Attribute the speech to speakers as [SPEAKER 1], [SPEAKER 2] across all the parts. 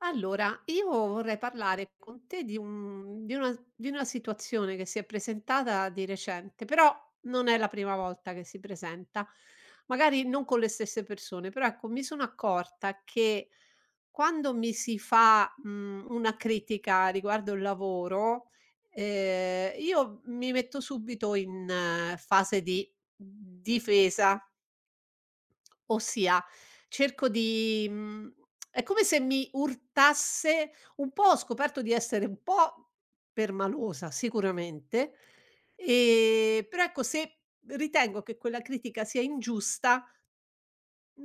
[SPEAKER 1] Allora, io vorrei parlare con te di una situazione che si è presentata di recente, però non è la prima volta che si presenta, magari non con le stesse persone, però ecco mi sono accorta che quando mi si fa, una critica riguardo il lavoro, io mi metto subito in fase di difesa. Ossia, cerco di, è come se mi urtasse un po'. Ho scoperto di essere un po' permalosa sicuramente, però ecco se ritengo che quella critica sia ingiusta,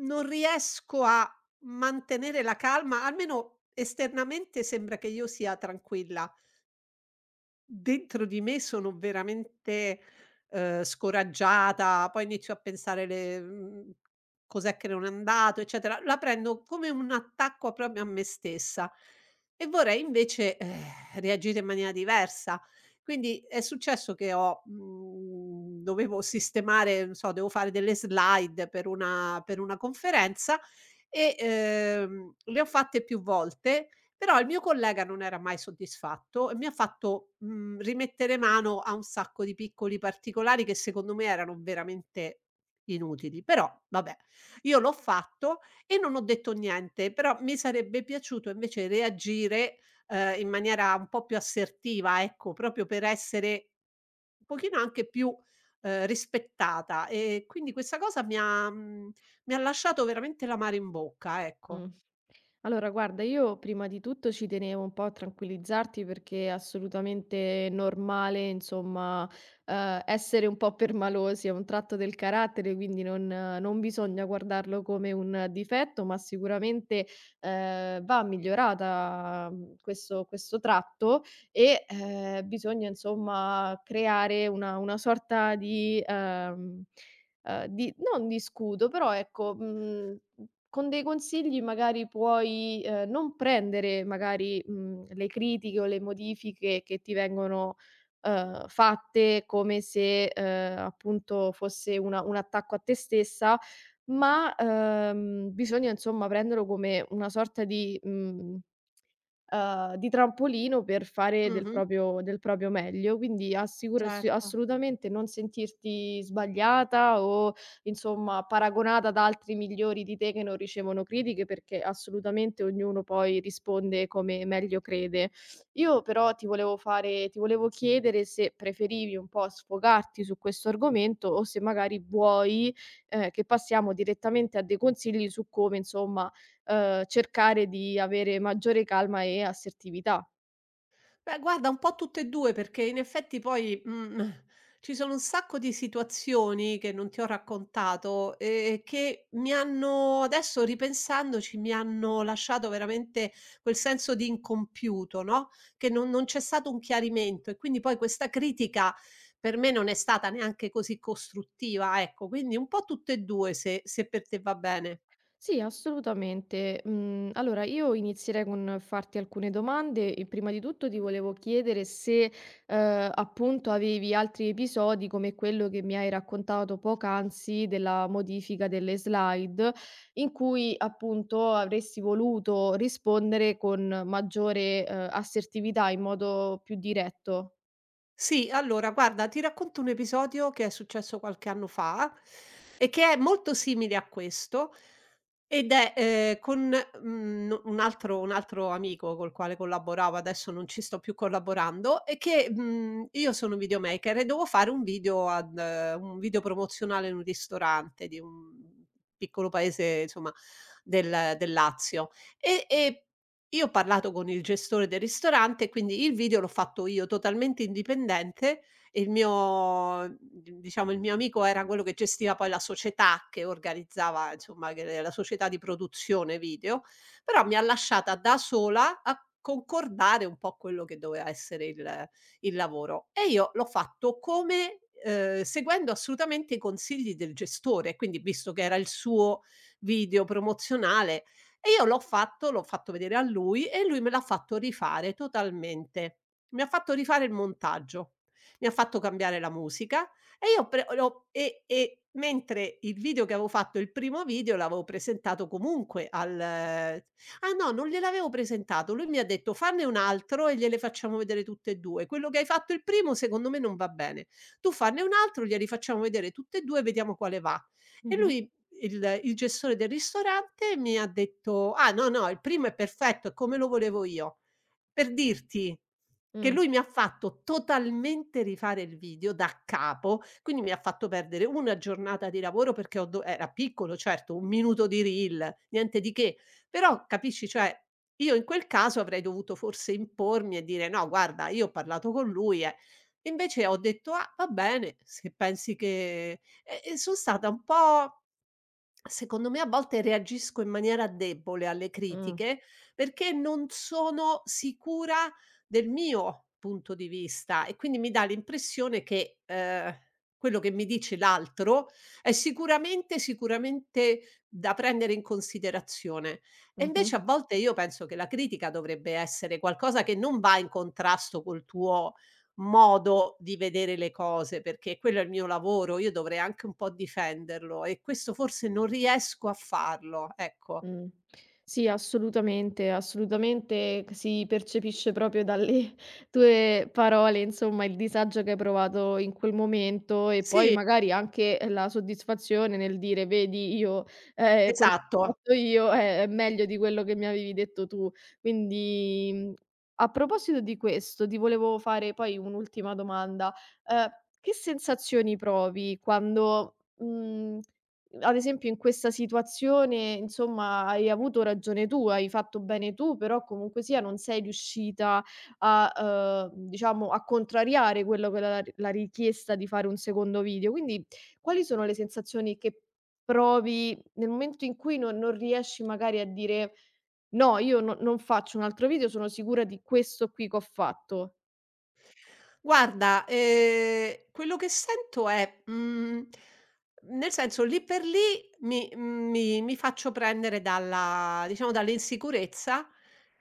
[SPEAKER 1] non riesco a mantenere la calma, almeno esternamente sembra che io sia tranquilla. Dentro di me sono veramente, scoraggiata, poi inizio a pensare le, cos'è che non è andato, eccetera. La prendo come un attacco proprio a me stessa e vorrei invece, reagire in maniera diversa. Quindi è successo che ho, dovevo sistemare, non so, devo fare delle slide per una conferenza e, le ho fatte più volte, però il mio collega non era mai soddisfatto e mi ha fatto, rimettere mano a un sacco di piccoli particolari che secondo me erano veramente inutili. Però vabbè, io l'ho fatto e non ho detto niente, però mi sarebbe piaciuto invece reagire, in maniera un po' più assertiva, ecco, proprio per essere un pochino anche più, rispettata. E quindi questa cosa mi ha lasciato veramente l'amaro in bocca,
[SPEAKER 2] Mh.
[SPEAKER 1] ecco.
[SPEAKER 2] Allora guarda, io prima di tutto ci tenevo un po' a tranquillizzarti perché è assolutamente normale, insomma, essere un po' permalosi, è un tratto del carattere, quindi non bisogna guardarlo come un difetto, ma sicuramente, va migliorata, questo tratto e, bisogna insomma creare una sorta di non di scudo, però ecco, con dei consigli magari puoi, non prendere magari, le critiche o le modifiche che ti vengono, fatte come se, appunto fosse una un attacco a te stessa, ma, bisogna insomma prenderlo come una sorta di, mhmm di trampolino per fare del
[SPEAKER 1] Mh-mh.
[SPEAKER 2] proprio del proprio meglio. Quindi assicuro assi
[SPEAKER 1] Certo.
[SPEAKER 2] assolutamente non sentirti sbagliata o insomma paragonata ad altri migliori di te che non ricevono critiche, perché assolutamente ognuno poi risponde come meglio crede. Io però ti volevo chiedere se preferivi un po' sfogarti su questo argomento o se magari vuoi, che passiamo direttamente a dei consigli su come insomma cercare di avere maggiore calma e assertività.
[SPEAKER 1] Beh, guarda, un po' tutte e 2, perché in effetti poi, ci sono un sacco di situazioni che non ti ho raccontato, che mi hanno, adesso ripensandoci, mi hanno lasciato veramente quel senso di incompiuto, no, che non c'è stato un chiarimento e quindi poi questa critica per me non è stata neanche così costruttiva, ecco. Quindi un po' tutte e 2 se per te va bene.
[SPEAKER 2] Sì, assolutamente. Mhmm, allora io inizierei con farti alcune domande e prima di tutto ti volevo chiedere se, appunto avevi altri episodi come quello che mi hai raccontato poc'anzi della modifica delle slide, in cui appunto avresti voluto rispondere con maggiore, assertività in modo più diretto.
[SPEAKER 1] Sì, allora guarda, ti racconto un episodio che è successo qualche anno fa e che è molto simile a questo ed è, con, un altro amico col quale collaboravo, adesso non ci sto più collaborando. E che, io sono videomaker e dovevo fare un video promozionale in un ristorante di un piccolo paese, insomma, del Lazio, e io ho parlato con il gestore del ristorante, quindi il video l'ho fatto io totalmente indipendente, e il mio, d diciamo, il mio amico era quello che gestiva poi la società che organizzava, insomma, che la società di produzione video, però mi ha lasciata da sola a concordare un po' quello che doveva essere il lavoro, e io l'ho fatto, come, seguendo assolutamente i consigli del gestore, quindi visto che era il suo video promozionale. E io l'ho fatto vedere a lui e lui me l'ha fatto rifare totalmente. Mi ha fatto rifare il montaggio, mi ha fatto cambiare la musica e, io ho pre l'ho e mentre il video che avevo fatto, il primo video, l'avevo presentato comunque al ah no, non gliel'avevo presentato, lui mi ha detto: "Fanne un altro e gliele facciamo vedere tutte e 2. Quello che hai fatto il primo secondo me non va bene. Tu fanne un altro, glieli facciamo vedere tutte e 2 e vediamo quale va". E
[SPEAKER 2] Mh-mh.
[SPEAKER 1] lui, il gestore del ristorante, mi ha detto: "Ah, no, no, il primo è perfetto, è come lo volevo io." Per dirti che
[SPEAKER 2] Mh.
[SPEAKER 1] lui mi ha fatto totalmente rifare il video da capo, quindi mi ha fatto perdere una giornata di lavoro, perché ho do era piccolo certo, 1 minuto di reel, niente di che, però capisci, cioè io in quel caso avrei dovuto forse impormi e dire: "No, guarda, io ho parlato con lui e", invece ho detto: "Ah, va bene, se pensi che", e son stata un po'. Secondo me a volte reagisco in maniera debole alle
[SPEAKER 2] Mh.
[SPEAKER 1] critiche, perché non sono sicura del mio punto di vista e quindi mi dà l'impressione che, quello che mi dice l'altro è sicuramente, sicuramente da prendere in considerazione. E
[SPEAKER 2] Mh-mh.
[SPEAKER 1] invece a volte io penso che la critica dovrebbe essere qualcosa che non va in contrasto col tuo modo di vedere le cose, perché quello è il mio lavoro, io dovrei anche un po' difenderlo, e questo forse non riesco a farlo, ecco.
[SPEAKER 2] Mh. Sì, assolutamente, assolutamente c si percepisce proprio dalle tue parole, insomma, il disagio che hai provato in quel momento e poi
[SPEAKER 1] Sì,
[SPEAKER 2] magari anche la soddisfazione nel dire: "Vedi io, quello che ho
[SPEAKER 1] esatto.
[SPEAKER 2] fatto io è meglio di quello che mi avevi detto tu". Quindi, a proposito di questo, ti volevo fare poi un'ultima domanda: ehm, che sensazioni provi quando, mhmm ad esempio in questa situazione, insomma, hai avuto ragione tu, hai fatto bene tu, però comunque sia non sei riuscita a, diciamo a contrariare quello che era la richiesta di fare un secondo video. Quindi quali sono le sensazioni che provi nel momento in cui non riesci magari a dire: "No, io non faccio un altro video, sono sicura di questo qui che ho fatto"?
[SPEAKER 1] Guarda, quello che sento è, nel senso, lì per lì mi faccio prendere dalla, diciamo, dall'insicurezza.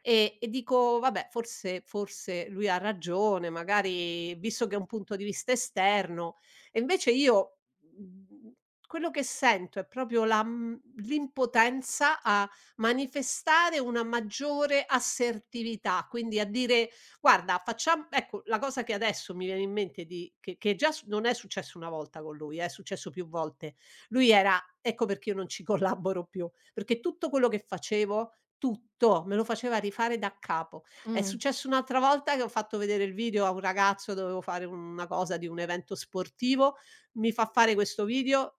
[SPEAKER 1] E dico: "Vabbè, forse lui ha ragione, magari visto che è un punto di vista esterno". E invece io, mhmm, quello che sento è proprio la, l'impotenza a manifestare una maggiore assertività, quindi a dire: "Guarda, facciam", ecco, la cosa che adesso mi viene in mente di, che già, s non è successo una volta con lui, è successo più volte. Lui era ecco perché io non ci collaboro più, perché tutto quello che facevo, tutto, me lo faceva rifare da capo. È
[SPEAKER 2] Mh,
[SPEAKER 1] successo un'altra volta che ho fatto vedere il video a un ragazzo, dovevo fare una cosa di un evento sportivo, mi fa fare questo video,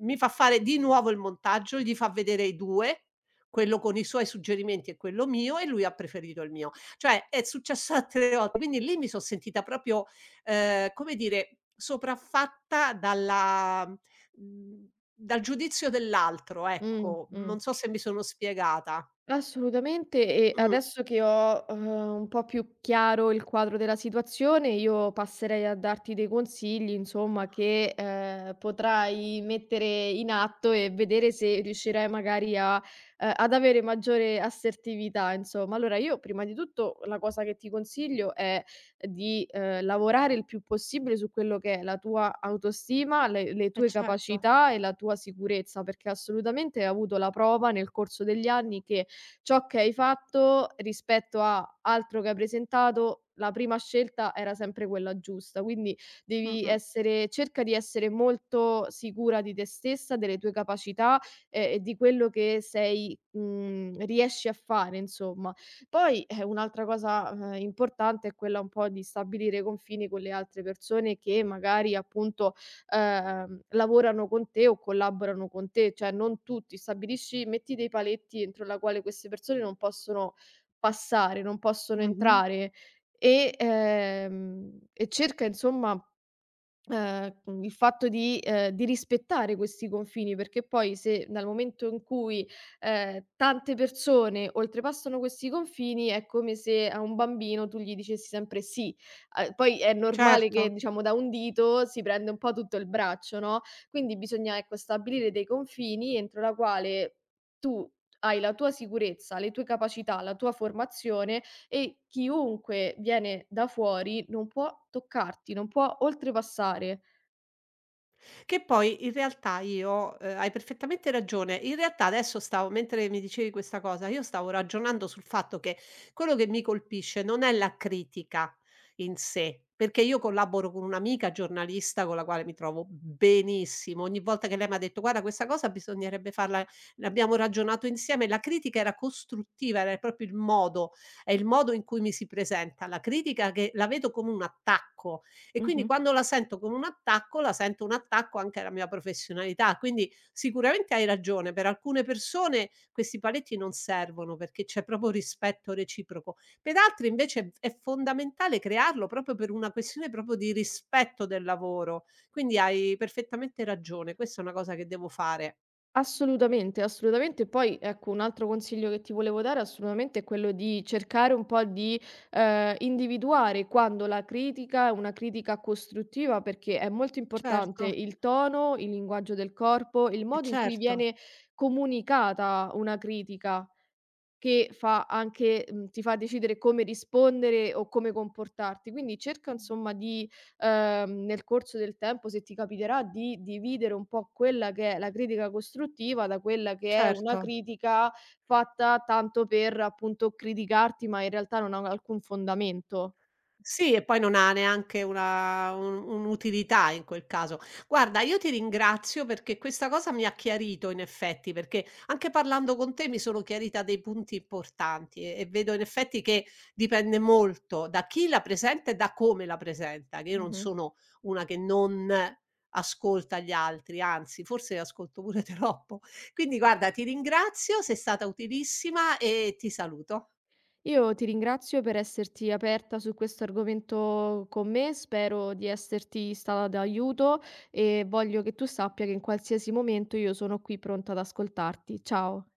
[SPEAKER 1] mi fa fare di nuovo il montaggio, gli fa vedere i 2, quello con i suoi suggerimenti e quello mio, e lui ha preferito il mio. Cioè è successo altre volte, quindi lì mi son sentita proprio, come dire, sopraffatta dalla, mhmm, dal giudizio dell'altro,
[SPEAKER 2] mh,
[SPEAKER 1] ecco.
[SPEAKER 2] mh.
[SPEAKER 1] Non so se mi sono spiegata.
[SPEAKER 2] Assolutamente e
[SPEAKER 1] Mh.
[SPEAKER 2] adesso che ho, un po' più chiaro il quadro della situazione, io passerei a darti dei consigli insomma che, potrai mettere in atto e vedere se riuscirai magari a ad avere maggiore assertività insomma. Allora io prima di tutto la cosa che ti consiglio è di, lavorare il più possibile su quello che è la tua autostima, le
[SPEAKER 1] Eh
[SPEAKER 2] tue
[SPEAKER 1] certo.
[SPEAKER 2] capacità e la tua sicurezza, perché assolutamente hai avuto la prova nel corso degli anni che ciò che hai fatto rispetto a altro che hai presentato, la prima scelta era sempre quella giusta. Quindi devi
[SPEAKER 1] Mh-mh.
[SPEAKER 2] essere cerca di essere molto sicura di te stessa, delle tue capacità, e di quello che riesci a fare insomma. Poi, un'altra cosa, importante è quella un po' di stabilire confini con le altre persone che magari appunto lavorano con te o collaborano con te, cioè non tutti. Stabilisci metti dei paletti entro la quale queste persone non possono passare, non possono
[SPEAKER 1] Mh-mh.
[SPEAKER 2] entrare e, e cerca insomma. Il fatto di di rispettare questi confini, perché poi se dal momento in cui, tante persone oltrepassano questi confini, è come se a un bambino tu gli dicessi sempre "sì". Poi è normale
[SPEAKER 1] Certo.
[SPEAKER 2] che, diciamo, da un dito si prende un po' tutto il braccio, no, quindi bisogna, ecco, stabilire dei confini entro la quale tu hai la tua sicurezza, le tue capacità, la tua formazione e chiunque viene da fuori non può toccarti, non può oltrepassare.
[SPEAKER 1] Che poi in realtà, io hai perfettamente ragione. In realtà adesso, stavo mentre mi dicevi questa cosa, io stavo ragionando sul fatto che quello che mi colpisce non è la critica in sé, perché io collaboro con un'amica giornalista con la quale mi trovo benissimo. Ogni volta che lei m'ha detto: "Guarda, questa cosa bisognerebbe farla", ne abbiamo ragionato insieme, la critica era costruttiva, era proprio il modo, è il modo in cui mi si presenta. La critica che la vedo come un attacco, e quindi
[SPEAKER 2] Mh-mh.
[SPEAKER 1] quando la sento come un attacco, la sento un attacco anche alla mia professionalità. Quindi sicuramente hai ragione, per alcune persone questi paletti non servono perché c'è proprio rispetto reciproco. Per altri invece è fondamentale crearlo, proprio per una questione proprio di rispetto del lavoro. Quindi hai perfettamente ragione, questa è una cosa che devo fare.
[SPEAKER 2] Assolutamente, assolutamente. Poi, ecco, un altro consiglio che ti volevo dare assolutamente è quello di cercare un po' di, individuare quando la critica è una critica costruttiva, perché è molto
[SPEAKER 1] Certo,
[SPEAKER 2] importante il tono, il linguaggio del corpo, il
[SPEAKER 1] eh
[SPEAKER 2] modo in cui
[SPEAKER 1] certo,
[SPEAKER 2] viene comunicata una critica. Che ti fa decidere come rispondere o come comportarti. Quindi cerca
[SPEAKER 1] mh,
[SPEAKER 2] insomma di nel corso del tempo, se ti capiterà, di dividere un po' quella che è la critica costruttiva da quella che è una
[SPEAKER 1] certo.
[SPEAKER 2] critica fatta tanto per appunto criticarti, ma in realtà non ha alcun fondamento.
[SPEAKER 1] Sì, e poi non ha neanche una un un'utilità in quel caso. Guarda, io ti ringrazio perché questa cosa mi ha chiarito in effetti, perché anche parlando con te mi sono chiarita dei punti importanti, e vedo in effetti che dipende molto da chi la presenta e da come la presenta, che io non
[SPEAKER 2] Mh-mh.
[SPEAKER 1] sono una che non ascolta gli altri, anzi forse ascolto pure troppo. Quindi guarda, ti ringrazio, sei stata utilissima e ti saluto.
[SPEAKER 2] Io ti ringrazio per esserti aperta su questo argomento con me, spero di esserti stata d'aiuto e voglio che tu sappia che in qualsiasi momento io sono qui pronta ad ascoltarti. Ciao.